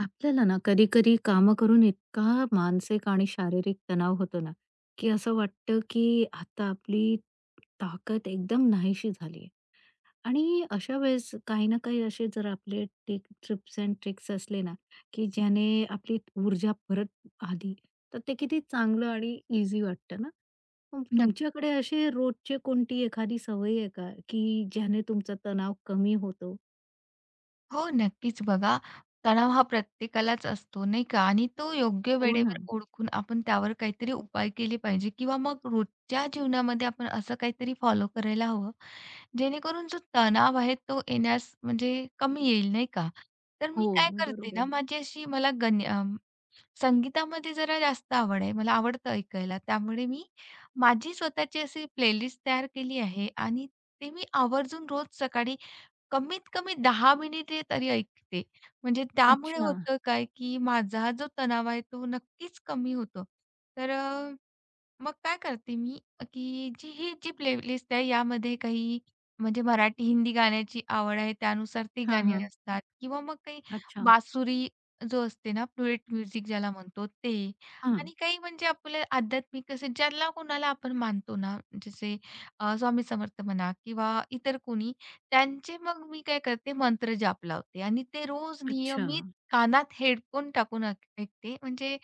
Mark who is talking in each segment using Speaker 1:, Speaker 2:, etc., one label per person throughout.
Speaker 1: आपल्याला ना कधी-कधी कामं करून इतका मानसिक आणि शारीरिक तणाव होतो ना, की असं वाटतं की आता आपली ताकद एकदम नाहीशी झाली आहे. आणि अशा वेळेस काही ना काही असे जर आपले टिक ट्रिप्स अँड ट्रिक्स असले ना, की ज्याने आपली ऊर्जा परत आली, तर ते किती चांगलं आणि ईझी वाटतं ना. मग
Speaker 2: नक्क
Speaker 1: तुमच्याकडे असे रोजचे कोणती एखादी सवय आहे का, की ज्याने तुमचा तणाव कमी होतो?
Speaker 2: हो, नक्कीच बघा. तणाव हा प्रत्येकालाच असतो, नाही का? आणि तो योग्य
Speaker 1: हो
Speaker 2: वेळेवर
Speaker 1: ना.
Speaker 2: ओळखून आपण त्यावर काहीतरी उपाय केले पाहिजे किंवा मग रोजच्या जीवनामध्ये आपण असं काहीतरी फॉलो करायला हवं, जेणेकरून जो तणाव आहे तो येण्यास म्हणजे कमी येईल, नाही का? तर मी
Speaker 1: हो.
Speaker 2: काय करते ना,
Speaker 1: बरोबर.
Speaker 2: माझी अशी संगीतामध्ये जरा जास्त आवड आहे. मला आवडतं ऐकायला. त्यामुळे मी माझी स्वतःची अशी प्लेलिस्ट तयार केली आहे आणि ते मी आवर्जून रोज सकाळी कमीत कमी 10 मिनिटे तरी ऐकते. म्हणजे त्यामुळे
Speaker 1: अच्छा.
Speaker 2: होतं काय, की माझा जो तणाव आहे तो नक्कीच कमी होतो. तर मग काय करते मी, की जी ही जी प्लेलिस्ट आहे यामध्ये काही म्हणजे मराठी, हिंदी गाण्याची आवड आहे त्यानुसार ती
Speaker 1: हां,
Speaker 2: गाणी
Speaker 1: हां.
Speaker 2: असतात किंवा मग काही
Speaker 1: अच्छा.
Speaker 2: बासुरी जो असते ना, फ्लुएट म्युझिक ज्याला म्हणतो ते
Speaker 1: हां.
Speaker 2: आणि काही म्हणजे आपले आध्यात्मिक असे ज्याला कोणाला आपण मानतो ना, जसे स्वामी समर्थ म्हणा किंवा इतर कोणी, त्यांचे मग मी काय करते मंत्र जाप लावते आणि ते रोज
Speaker 1: अच्छा.
Speaker 2: नियमित कानात हेडफोन टाकून ऐकते. म्हणजे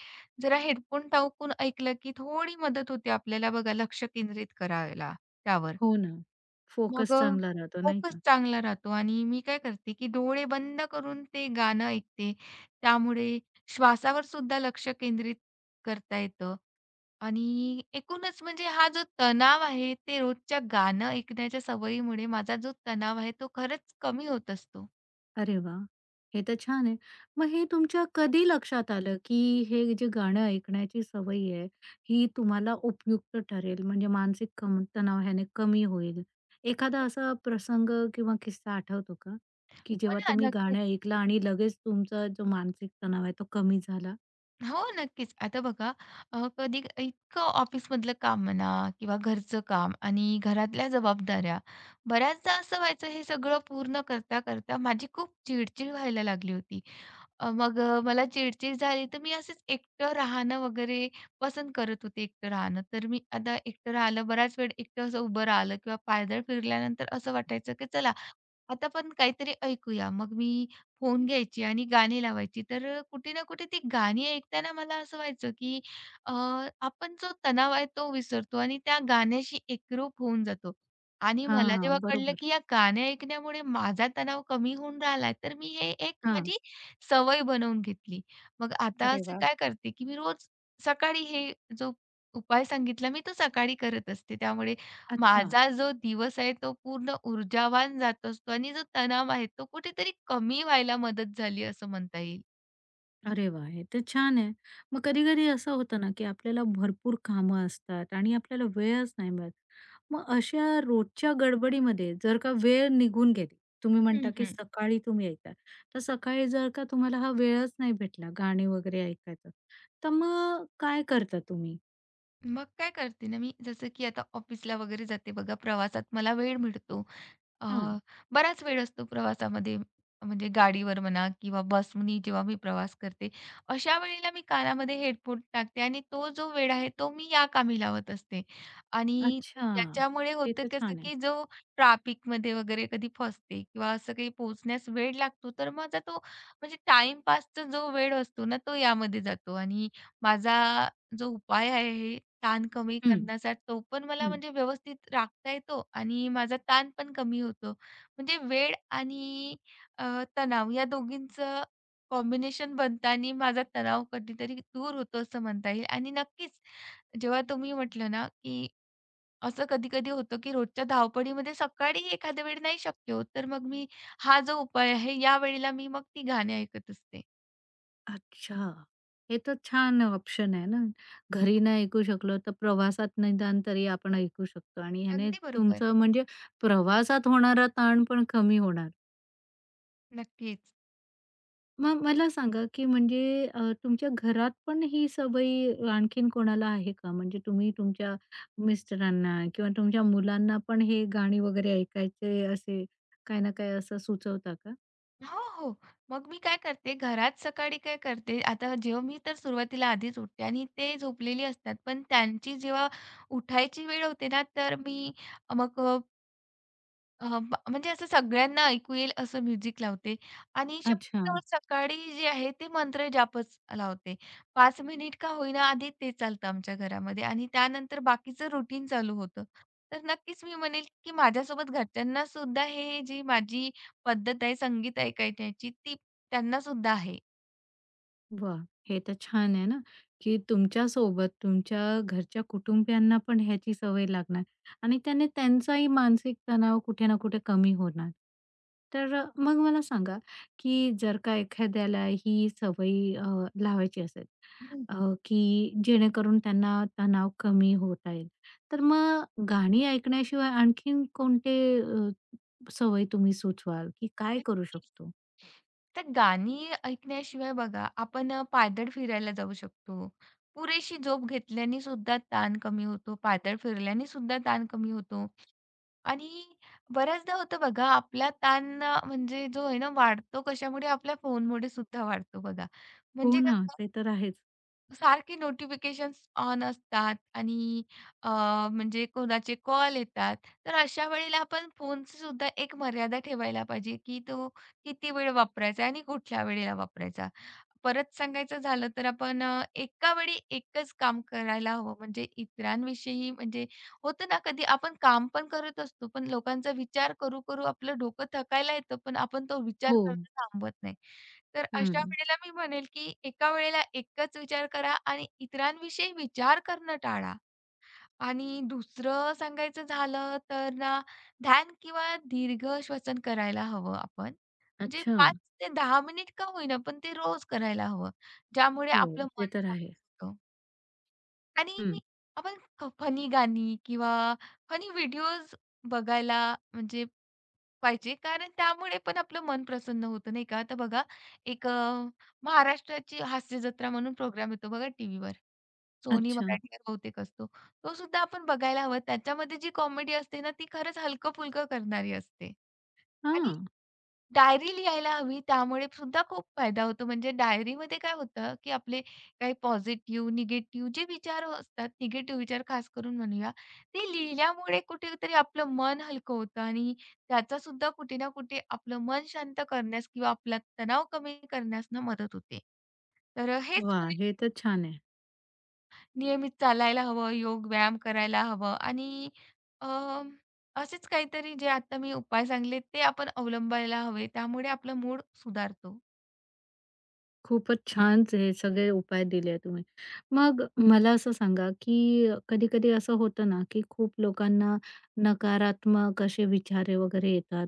Speaker 2: जरा हेडफोन टाकून ऐकलं, की थोडी मदत होते आपल्याला बघा लक्ष केंद्रित करायला त्यावर.
Speaker 1: हो ना.
Speaker 2: मग
Speaker 1: फोकस चांगला राहतो नाही
Speaker 2: फोकस
Speaker 1: का?
Speaker 2: चांगला राहतो आणि मी काय करते, की डोळे बंद करून ते गाणं ऐकते. त्यामुळे श्वासावर सुद्धा लक्ष केंद्रित करता येतं आणि एकूणच म्हणजे हा जो तणाव आहे, ते रोजच्या गाणं ऐकण्याच्या सवयीमुळे माझा जो तणाव आहे, तो खरंच कमी होत असतो.
Speaker 1: अरे वाह! हे तर छान आहे. मग हे तुमच्या कधी लक्षात आलं, की हे जे गाणं ऐकण्याची सवय आहे, ही तुम्हाला उपयुक्त ठरेल म्हणजे मानसिक कम तणाव ह्याने कमी होईल? एखादा असा प्रसंग किंवा किस्सा आठवतो का? की
Speaker 2: हो
Speaker 1: जेव्हा
Speaker 2: ना,
Speaker 1: तुम्ही
Speaker 2: नक्कीच.
Speaker 1: गाणं ऐकलं आणि लगेच तुमचा जो मानसिक तणाव आहे तो कमी झाला?
Speaker 2: हो, नक्कीच. आता बघा कधी इतकं ऑफिसमधलं काम म्हणा किंवा घरचं काम आणि घरातल्या जबाबदाऱ्या, बऱ्याचदा असं व्हायचं हे सगळं पूर्ण करता-करता माझी खूप चिडचिड व्हायला लागली होती. मग मला चिडचिड झाली तर मी असंच एकटं राहणं वगैरे पसंत करत होते, एकटं राहणं. तर मी आता एकटं राहिलं, बराच वेळ एकटं असं उभं राहिलं किंवा पायदळ फिरल्यानंतर असं वाटायचं की चला आता आपण काहीतरी ऐकूया. मग मी फोन घ्यायची आणि गाणी लावायची. तर कुठे ना कुठे ती गाणी ऐकताना मला असं व्हायचं, की अ, आपण जो तणाव आहे तो विसरतो आणि त्या गाण्याशी एकरूप होऊन जातो. आणि मला जेव्हा
Speaker 1: हां,
Speaker 2: कळलं, की
Speaker 1: बरोबर.
Speaker 2: या गाणे ऐकण्यामुळे माझा तणाव कमी होऊन राहिला, तर मी हे एक
Speaker 1: हां.
Speaker 2: माझी सवय बनवून घेतली. मग आता
Speaker 1: अरे
Speaker 2: असं
Speaker 1: वाह!
Speaker 2: काय करते, की मी रोज सकाळी हे जो उपाय सांगितला मी तो सकाळी करत असते. त्यामुळे
Speaker 1: अच्छा.
Speaker 2: माझा जो दिवस आहे तो पूर्ण ऊर्जावान जात असतो आणि जो तणाव आहे तो कुठेतरी कमी व्हायला मदत झाली असं म्हणता येईल.
Speaker 1: अरे वाह! हे तर छान आहे. मग कधी-कधी असं होतं ना, की आपल्याला भरपूर कामं असतात आणि आपल्याला वेळच नाही मिळत. मग अशा रोजच्या गडबडीमध्ये जर का वेळ निघून गेली, तुम्ही
Speaker 2: हं,
Speaker 1: म्हणता की
Speaker 2: हं.
Speaker 1: सकाळी तुम्ही ऐकता. तर सकाळी जर का तुम्हाला हा वेळच नाही भेटला गाणी वगैरे ऐकायचं, तर मग काय करता तुम्ही?
Speaker 2: मग काय करते ना मी जसं की आता ऑफिसला वगैरे जाते बघा प्रवासात मला वेळ मिळतो. अ,
Speaker 1: हां.
Speaker 2: बराच वेळ असतो प्रवासामध्ये म्हणजे गाडीवर म्हणा किंवा बसनी जेव्हा मी प्रवास करते, अशा वेळेला मी कानामध्ये हेडफोन टाकते आणि तो जो वेळ आहे तो मी या कामी लावत असते. आणि
Speaker 1: अच्छा.
Speaker 2: त्याच्यामुळे
Speaker 1: हे
Speaker 2: होतं
Speaker 1: तर
Speaker 2: कसं,
Speaker 1: छान आहे.
Speaker 2: की जो ट्रॅफिकमध्ये वगैरे कधी फसते किंवा असं काही पोहोचण्यास वेळ लागतो, तर माझा तो म्हणजे टाईमपासचा जो वेळ असतो ना, तो यामध्ये जातो आणि माझा जो उपाय आहे ताण कमी
Speaker 1: हं,
Speaker 2: करण्याचा तो पण मला म्हणजे व्यवस्थित राखता येतो आणि माझा ताण पण कमी होतो. म्हणजे वेळ आणि अ, तणाव या दोघींचं कॉम्बिनेशन बनतं आणि माझा तणाव कधीतरी दूर होतो असं म्हणता येईल. आणि नक्कीच जेव्हा तुम्ही म्हटलं ना, की असं कधी-कधी होतं, की रोजच्या धावपळीमध्ये सकाळी एखाद्या वेळी नाही शक्य होत, तर मग मी हा जो उपाय आहे यावेळेला मी मग ती गाणी ऐकत असते.
Speaker 1: अच्छा. हे तर छान ऑप्शन आहे ना. घरी नाही ऐकू शकलो तर प्रवासात निदान तरी आपण ऐकू शकतो आणि ह्याने
Speaker 2: अगदी बरोबर.
Speaker 1: तुमचं म्हणजे प्रवासात होणारा ताण पण कमी होणार.
Speaker 2: नक्कीच.
Speaker 1: मग मला सांगा, की म्हणजे तुमच्या घरात पण ही सवय आणखीन कोणाला आहे का? म्हणजे तुम्ही तुमच्या मिस्टरांना किंवा तुमच्या मुलांना पण हे गाणी वगैरे ऐकायचे असे काही ना काही असं सुचवता का?
Speaker 2: हो, हो. मग मी काय करते, घरात सकाळी काय करते, आता जेव्हा मी तर सुरुवातीला आधीच उठते आणि ते झोपलेली असतात. पण त्यांची जेव्हा उठायची वेळ होते ना, तर मी मग अ, ब म्हणजे असं सगळ्यांना ऐकू येईल असं म्युझिक लावते आणि
Speaker 1: अच्छा.
Speaker 2: शक्यतोवर सकाळी जे आहे ते मंत्र जापच लावते. 5 मिनिट का होईना आधी ते चालतं आमच्या घरामध्ये आणि त्यानंतर बाकीचं रुटीन चालू होतं. तर नक्कीच मी म्हणेल, की माझ्यासोबत घरच्यांना सुद्धा हे जी माझी पद्धत आहे संगीत ऐकायची ती त्यांना सुद्धा आहे.
Speaker 1: वा, हे तर छान आहे ना, की तुमच्यासोबत तुमच्या घरच्या कुटुंबियांना पण ह्याची सवय लागणार आणि त्याने त्यांचाही मानसिक तणाव कुठे ना कुठे कमी होणार. तर मग मला सांगा, की जर का एखाद्याला ही सवय लावायची असेल अ, की जेणेकरून त्यांना तणाव कमी होता येईल, तर मग गाणी ऐकण्याशिवाय आणखीन कोणते अ, सवय तुम्ही सुचवाल, की काय
Speaker 2: नक्कीच.
Speaker 1: करू शकतो?
Speaker 2: तर गाणी ऐकण्याशिवाय बघा आपण पायदळ फिरायला जाऊ शकतो. पुरेशी झोप घेतल्याने सुद्धा ताण कमी होतो. पायदळ फिरल्याने सुद्धा ताण कमी होतो. आणि बऱ्याचदा होतं बघा आपला ताण म्हणजे जो आहे ना वाढतो कशामुळे? आपल्या फोनमुळे सुद्धा वाढतो बघा.
Speaker 1: हो
Speaker 2: म्हणजे
Speaker 1: ना,
Speaker 2: कसं
Speaker 1: ते तर आहेच.
Speaker 2: सारखे नोटिफिकेशन्स ऑन असतात आणि अ, म्हणजे कोणाचे कॉल येतात. तर अशा वेळेला आपण फोनची सुद्धा एक मर्यादा ठेवायला पाहिजे, की तो किती वेळ वापरायचा आणि कुठल्या वेळेला वापरायचा. परत सांगायचं झालं तर आपण एका वेळी एकच काम करायला हवं. म्हणजे इतरांविषयी म्हणजे होतं ना कधी आपण काम पण करत असतो, पण लोकांचा विचार करू आपलं डोकं थकायला येतं, पण आपण तो विचार
Speaker 1: हो.
Speaker 2: करणं थांबवत नाही. तर अशा
Speaker 1: हं.
Speaker 2: वेळेला मी म्हणेल, की एका वेळेला एकच विचार करा आणि इतरांविषयी विचार करणं टाळा. आणि दुसरं सांगायचं झालं तर ना, ध्यान किंवा दीर्घ श्वसन करायला हवं आपण. म्हणजे
Speaker 1: अच्छा.
Speaker 2: 5 ते दहा मिनिट का होईना, पण ते रोज करायला हवं. ज्यामुळे
Speaker 1: हो.
Speaker 2: आपलं
Speaker 1: ते
Speaker 2: मन
Speaker 1: तर
Speaker 2: शांत
Speaker 1: आहे.
Speaker 2: होतं. आणि
Speaker 1: हं.
Speaker 2: आपण फनी गाणी किंवा फनी व्हिडिओज बघायला म्हणजे पाहिजे. कारण त्यामुळे पण आपलं मन प्रसन्न होतं, नाही का? आता बघा एक महाराष्ट्राची हास्य जत्रा म्हणून प्रोग्राम येतो बघा टीव्हीवर. सोनी
Speaker 1: अच्छा.
Speaker 2: मराठीवर बहुतेक असतो. तो सुद्धा आपण बघायला हवा. त्याच्यामध्ये जी कॉमेडी असते ना, ती खरंच हलकं-फुलकं करणारी असते.
Speaker 1: हां.
Speaker 2: डायरी लिहायला हवी त्यामुळे सुद्धा खूप फायदा होतो. म्हणजे डायरीमध्ये काय होतं, की आपले काही पॉझिटिव्ह, निगेटिव्ह जे विचार असतात, निगेटिव्ह विचार खास करून म्हणूया, ते लिहिल्यामुळे कुठेतरी आपलं मन हलकं होतं आणि त्याचा सुद्धा कुठे ना कुठे आपलं मन शांत करण्यास किंवा आपला तणाव कमी करण्यास ना मदत होते. तर हेच
Speaker 1: वाह! हे तर छान आहे.
Speaker 2: नियमित चालायला हवं, योग व्यायाम करायला हवं आणि अ, असेच काहीतरी जे आता मी उपाय सांगले ते आपण अवलंबायला हवे. त्यामुळे आपला मूड सुधारतो.
Speaker 1: खूपच छान हे सगळे उपाय दिले तुम्ही. मग मला असं सांगा, की कधी-कधी असं होतं ना, की खूप लोकांना नकारात्मक असे विचार वगैरे येतात.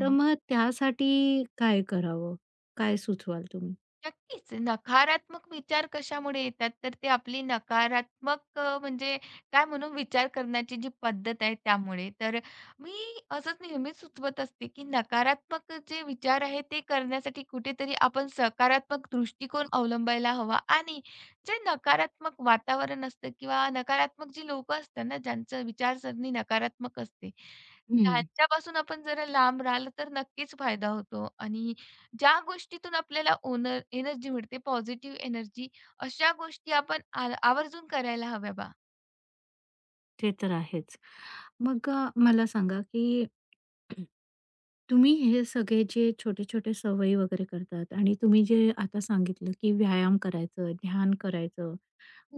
Speaker 1: तर मग त्यासाठी काय करावं? काय सुचवाल तुम्ही?
Speaker 2: नक्कीच. नकारात्मक विचार कशामुळे येतात? तर ते आपली नकारात्मक म्हणजे काय म्हणू विचार करण्याची जी पद्धत आहे त्यामुळे. तर मी असंच नेहमीच सुचवत असते, की नकारात्मक जे विचार आहे ते करण्यासाठी कुठेतरी आपण सकारात्मक दृष्टिकोन अवलंबायला हवा आणि जे नकारात्मक वातावरण असतं किंवा नकारात्मक जी लोकं असतात ना, ज्यांचं विचारसरणी नकारात्मक असते,
Speaker 1: हं.
Speaker 2: त्यांच्यापासून आपण जरा लांब राहिलं तर नक्कीच फायदा होतो आणि ज्या गोष्टीतून आपल्याला ओनर एनर्जी मिळते, पॉझिटिव्ह एनर्जी, अशा गोष्टी आपण आवर्जून करायला हव्या बा.
Speaker 1: ते तर आहेच. मग मला सांगा, की तुम्ही हे सगळे जे छोटे-छोटे सवयी वगैरे करतात आणि तुम्ही जे आता सांगितलं, की व्यायाम करायचं, ध्यान करायचं.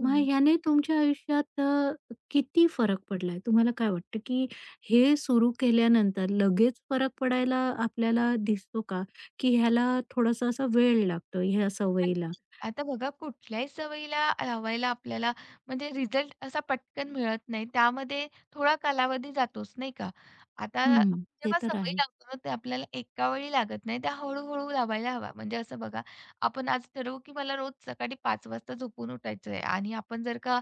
Speaker 1: मग ह्याने तुमच्या आयुष्यात किती फरक पडलाय? तुम्हाला काय वाटतं, की हे सुरू केल्यानंतर लगेच फरक पडायला आपल्याला दिसतो का? की ह्याला थोडासा असा वेळ लागतो ह्या सवयीला?
Speaker 2: आता बघा कुठल्याही सवयीला लावायला आपल्याला म्हणजे रिझल्ट असा पटकन मिळत नाही. त्यामध्ये थोडा कालावधी जातोच नाही का? आता आपण
Speaker 1: हं, ते
Speaker 2: जेव्हा
Speaker 1: तर
Speaker 2: सवयी
Speaker 1: आहे.
Speaker 2: लावतो ना, ते आपल्याला एका वेळी लागत नाही. त्या हळू लावायला हवा. म्हणजे असं बघा, आपण आज ठरवू की मला रोज सकाळी 5 वाजता झोपून उठायचं आहे आणि आपण जर का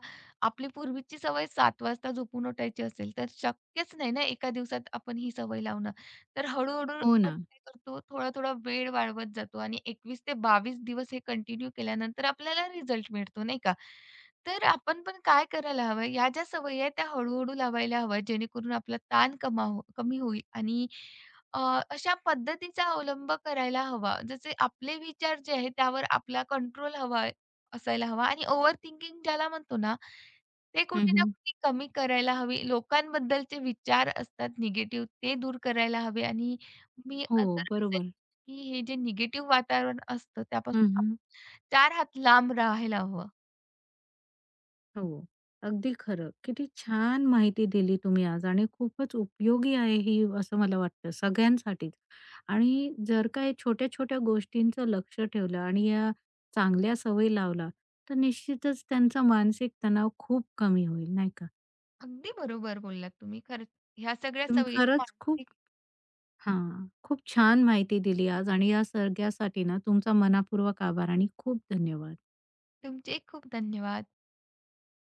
Speaker 2: आपली पूर्वीची सवय 7 वाजता झोपून उठायची असेल, तर शक्यच नाही ना एका दिवसात आपण ही सवय लावणं. तर हळू आपण
Speaker 1: हो ना.
Speaker 2: काय करतो, थोडा-थोडा वेळ वाढवत जातो आणि 21 ते 22 दिवस हे कंटिन्यू केल्यानंतर आपल्याला रिझल्ट मिळतो, नाही का? तर आपण पण काय करायला हवं, ह्या ज्या सवयी आहेत त्या हळू-हळू लावायला हव्या, जेणेकरून आपला ताण कमी होईल आणि अ, अशा पद्धतीचा अवलंब करायला हवा. जसे आपले विचार जे आहेत त्यावर आपला कंट्रोल हवा असायला हवा आणि ओव्हर थिंकिंग ज्याला म्हणतो ना, ते कुठे ना
Speaker 1: हं,
Speaker 2: कुठे कमी करायला हवी. लोकांबद्दलचे विचार असतात निगेटिव्ह ते दूर करायला हवे आणि मी
Speaker 1: हो,
Speaker 2: तर असेल
Speaker 1: बरोबर.
Speaker 2: की हे जे निगेटिव्ह वातावरण असतं त्यापासून
Speaker 1: हं,
Speaker 2: चार हात लांब राहायला हवं.
Speaker 1: हो. अगदी खरं. किती छान माहिती दिली तुम्ही आज आणि खूपच उपयोगी आहे ही असं मला वाटतं सगळ्यांसाठीच. आणि जर का हे छोट्या-छोट्या गोष्टींचं लक्ष ठेवलं आणि या चांगल्या सवयी लावला, तर निश्चितच त्यांचा मानसिक तणाव खूप कमी होईल, नाही का?
Speaker 2: अगदी बरोबर बोललात तुम्ही खरंच. ह्या सगळ्या
Speaker 1: तुम्ही
Speaker 2: सवयी ना
Speaker 1: खरंच खूप
Speaker 2: मानसिक
Speaker 1: हां. खूप छान माहिती दिली आज आणि या सगळ्यासाठी ना तुमचा मनापूर्वक आभार आणि खूप धन्यवाद.
Speaker 2: तुमचे खूप धन्यवाद.